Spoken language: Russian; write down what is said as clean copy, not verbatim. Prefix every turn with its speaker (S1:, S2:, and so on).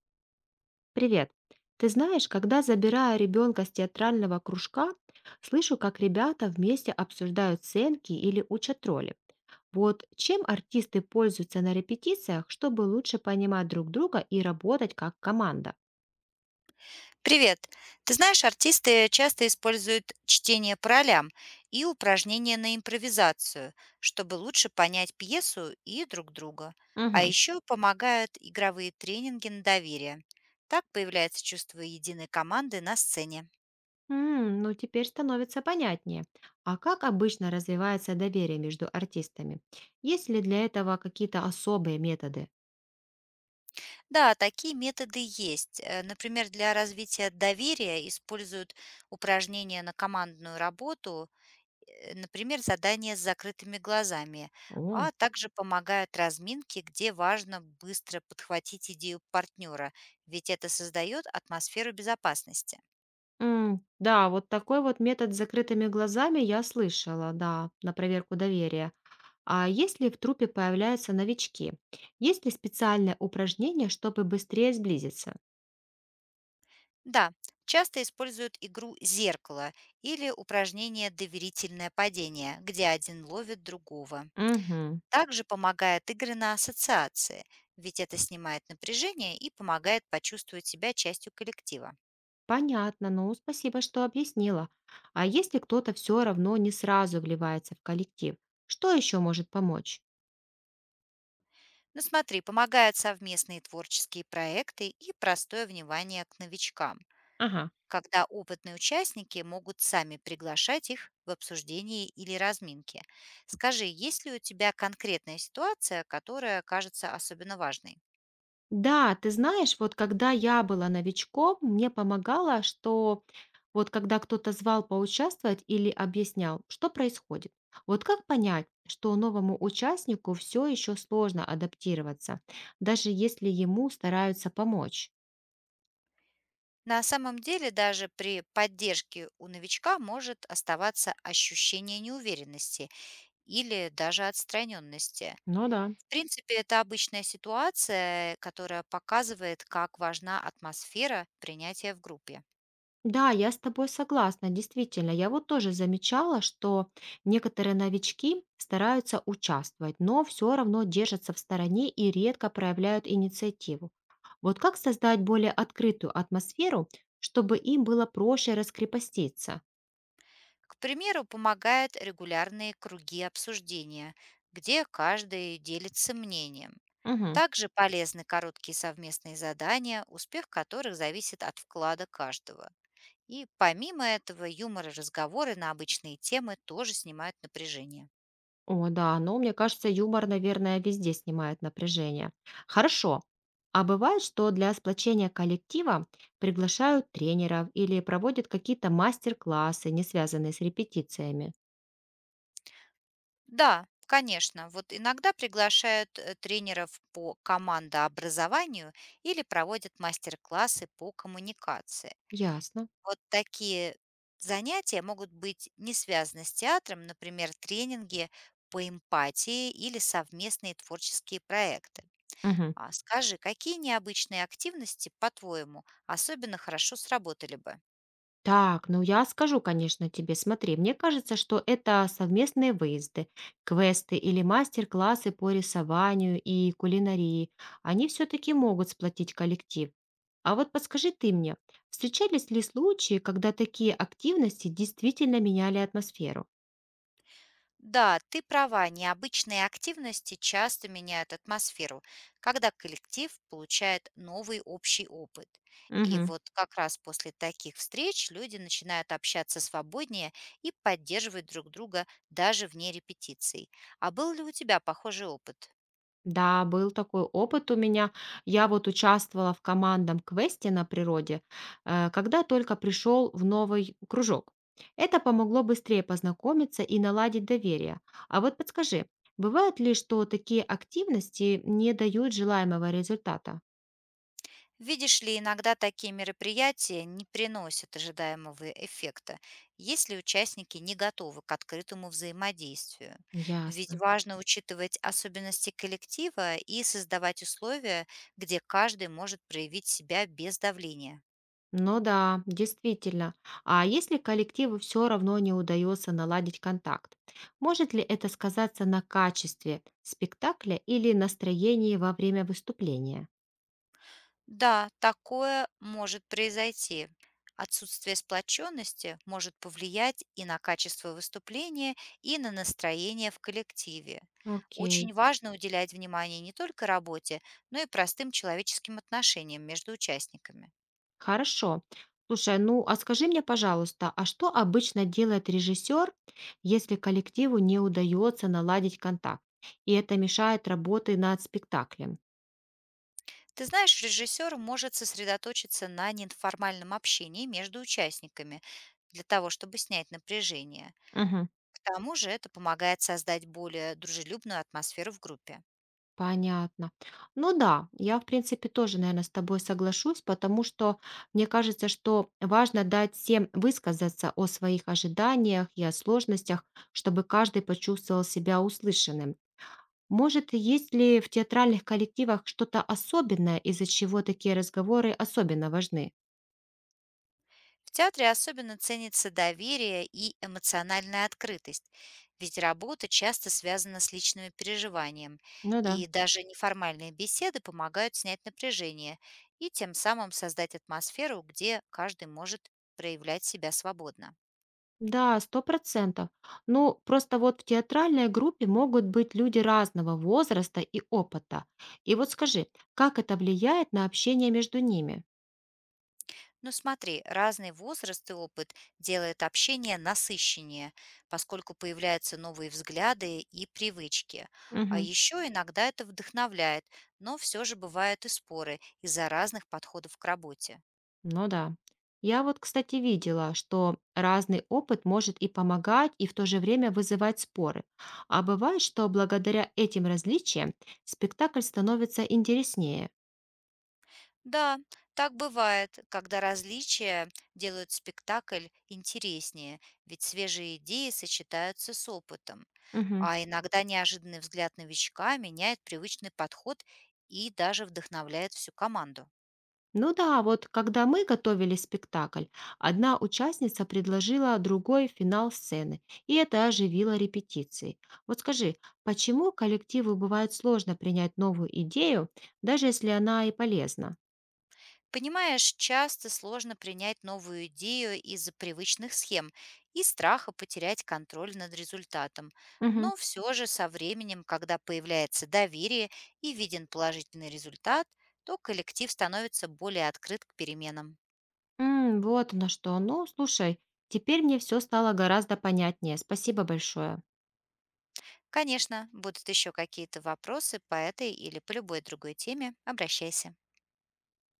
S1: Привет. Ты знаешь, когда забираю ребенка с театрального кружка, слышу, как ребята вместе обсуждают сценки или учат роли. Вот чем артисты пользуются на репетициях, чтобы лучше понимать друг друга и работать как команда?
S2: Привет! Ты знаешь, артисты часто используют чтение по ролям и упражнения на импровизацию, чтобы лучше понять пьесу и друг друга. А
S1: Мгм.
S2: еще помогают игровые тренинги на доверие. Так появляется чувство единой команды на сцене.
S1: Ну, теперь становится понятнее. А как обычно развивается доверие между артистами? Есть ли для этого какие-то особые методы?
S2: Да, такие методы есть. Например, для развития доверия используют упражнения на командную работу, например, задания с закрытыми глазами,
S1: О,
S2: а также помогают разминки, где важно быстро подхватить идею партнера, ведь это создает атмосферу безопасности.
S1: Да, вот такой вот метод с закрытыми глазами я слышала, да, на проверку доверия. А если в трупе появляются новички? Есть ли специальное упражнение, чтобы быстрее сблизиться?
S2: Да, часто используют игру «Зеркало» или упражнение «Доверительное падение», где один ловит другого.
S1: Угу,
S2: Также помогают игры на ассоциации, ведь это снимает напряжение и помогает почувствовать себя частью коллектива.
S1: понятно, ну спасибо, что объяснила. А если кто-то все равно не сразу вливается в коллектив, что еще может помочь?
S2: Ну смотри, помогают совместные творческие проекты и простое внимание к новичкам,
S1: Ага.
S2: когда опытные участники могут сами приглашать их в обсуждение или разминки. Скажи, есть ли у тебя конкретная ситуация, которая кажется особенно важной?
S1: Да, ты знаешь, вот когда я была новичком, мне помогало, что вот когда кто-то звал поучаствовать или объяснял, что происходит. Вот как понять, что новому участнику все еще сложно адаптироваться, даже если ему стараются помочь?
S2: На самом деле, даже при поддержке у новичка может оставаться ощущение неуверенности или даже отстраненности.
S1: Ну да.
S2: В принципе, это обычная ситуация, которая показывает, как важна атмосфера принятия в группе.
S1: Да, я с тобой согласна, действительно. Я вот тоже замечала, что некоторые новички стараются участвовать, но все равно держатся в стороне и редко проявляют инициативу. Вот как создать более открытую атмосферу, чтобы им было проще раскрепоститься?
S2: К примеру, помогают регулярные круги обсуждения, где каждый делится мнением.
S1: Мгм.
S2: Также полезны короткие совместные задания, успех которых зависит от вклада каждого. И помимо этого, юмор и разговоры на обычные темы тоже снимают напряжение.
S1: О да, но мне кажется, юмор, наверное, везде снимает напряжение. Хорошо. А бывает, что для сплочения коллектива приглашают тренеров или проводят какие-то мастер-классы, не связанные с репетициями?
S2: Да, конечно. Вот иногда приглашают тренеров по командообразованию или проводят мастер-классы по коммуникации.
S1: Ясно.
S2: Вот такие занятия могут быть не связаны с театром, например, тренинги по эмпатии или совместные творческие проекты.
S1: Мгм.
S2: А скажи, какие необычные активности, по-твоему, особенно хорошо сработали бы?
S1: Так, ну я скажу, конечно, тебе. Смотри, мне кажется, что это совместные выезды, квесты или мастер-классы по рисованию и кулинарии. Они все-таки могут сплотить коллектив. А вот подскажи ты мне, встречались ли случаи, когда такие активности действительно меняли атмосферу?
S2: Да, ты права, необычные активности часто меняют атмосферу, когда коллектив получает новый общий опыт. И вот как раз после таких встреч люди начинают общаться свободнее и поддерживать друг друга даже вне репетиций. А был ли у тебя похожий опыт?
S1: Да, был такой опыт у меня. Я вот участвовала в командном квесте на природе, когда только пришел в новый кружок. Это помогло быстрее познакомиться и наладить доверие. А вот подскажи, бывает ли, что такие активности не дают желаемого результата?
S2: Видишь ли, иногда такие мероприятия не приносят ожидаемого эффекта, если участники не готовы к открытому взаимодействию. Ведь
S1: Ясно.
S2: важно учитывать особенности коллектива и создавать условия, где каждый может проявить себя без давления.
S1: Ну да, действительно. А если коллективу все равно не удается наладить контакт, может ли это сказаться на качестве спектакля или настроении во время выступления?
S2: Да, такое может произойти. Отсутствие сплоченности может повлиять и на качество выступления, и на настроение в коллективе.
S1: Окей,
S2: Очень важно уделять внимание не только работе, но и простым человеческим отношениям между участниками.
S1: хорошо. Слушай, ну а скажи мне, пожалуйста, а что обычно делает режиссер, если коллективу не удается наладить контакт, и это мешает работе над спектаклем?
S2: Ты знаешь, режиссер может сосредоточиться на неформальном общении между участниками для того, чтобы снять напряжение.
S1: Мгм.
S2: К тому же это помогает создать более дружелюбную атмосферу в группе.
S1: Понятно. Ну да, я, в принципе, тоже, наверное, с тобой соглашусь, потому что мне кажется, что важно дать всем высказаться о своих ожиданиях и о сложностях, чтобы каждый почувствовал себя услышанным. Может, есть ли в театральных коллективах что-то особенное, из-за чего такие разговоры особенно важны?
S2: В театре особенно ценится доверие и эмоциональная открытость, ведь работа часто связана с личными переживанием,
S1: Ну да.
S2: и даже неформальные беседы помогают снять напряжение и тем самым создать атмосферу, где каждый может проявлять себя свободно.
S1: Да, сто процентов. Ну, просто вот в театральной группе могут быть люди разного возраста и опыта. И вот скажи, как это влияет на общение между ними?
S2: Но смотри, разный возраст и опыт делает общение насыщеннее, поскольку появляются новые взгляды и привычки. А
S1: Мгм.
S2: еще иногда это вдохновляет, но все же бывают и споры из-за разных подходов к работе.
S1: Ну да. Я вот, кстати, видела, что разный опыт может и помогать, и в то же время вызывать споры. А бывает, что благодаря этим различиям спектакль становится интереснее.
S2: Да, так бывает, когда различия делают спектакль интереснее, ведь свежие идеи сочетаются с опытом.
S1: Мгм.
S2: А иногда неожиданный взгляд новичка меняет привычный подход и даже вдохновляет всю команду.
S1: Ну да, вот когда мы готовили спектакль, одна участница предложила другой финал сцены, и это оживило репетиции. Вот скажи, почему коллективу бывает сложно принять новую идею, даже если она и полезна?
S2: Понимаешь, часто сложно принять новую идею из-за привычных схем и страха потерять контроль над результатом.
S1: Мгм.
S2: Но все же со временем, когда появляется доверие и виден положительный результат, то коллектив становится более открыт к переменам.
S1: Вот на что. Ну, слушай, теперь мне все стало гораздо понятнее. Спасибо большое.
S2: Конечно, будут еще какие-то вопросы по этой или по любой другой теме, обращайся.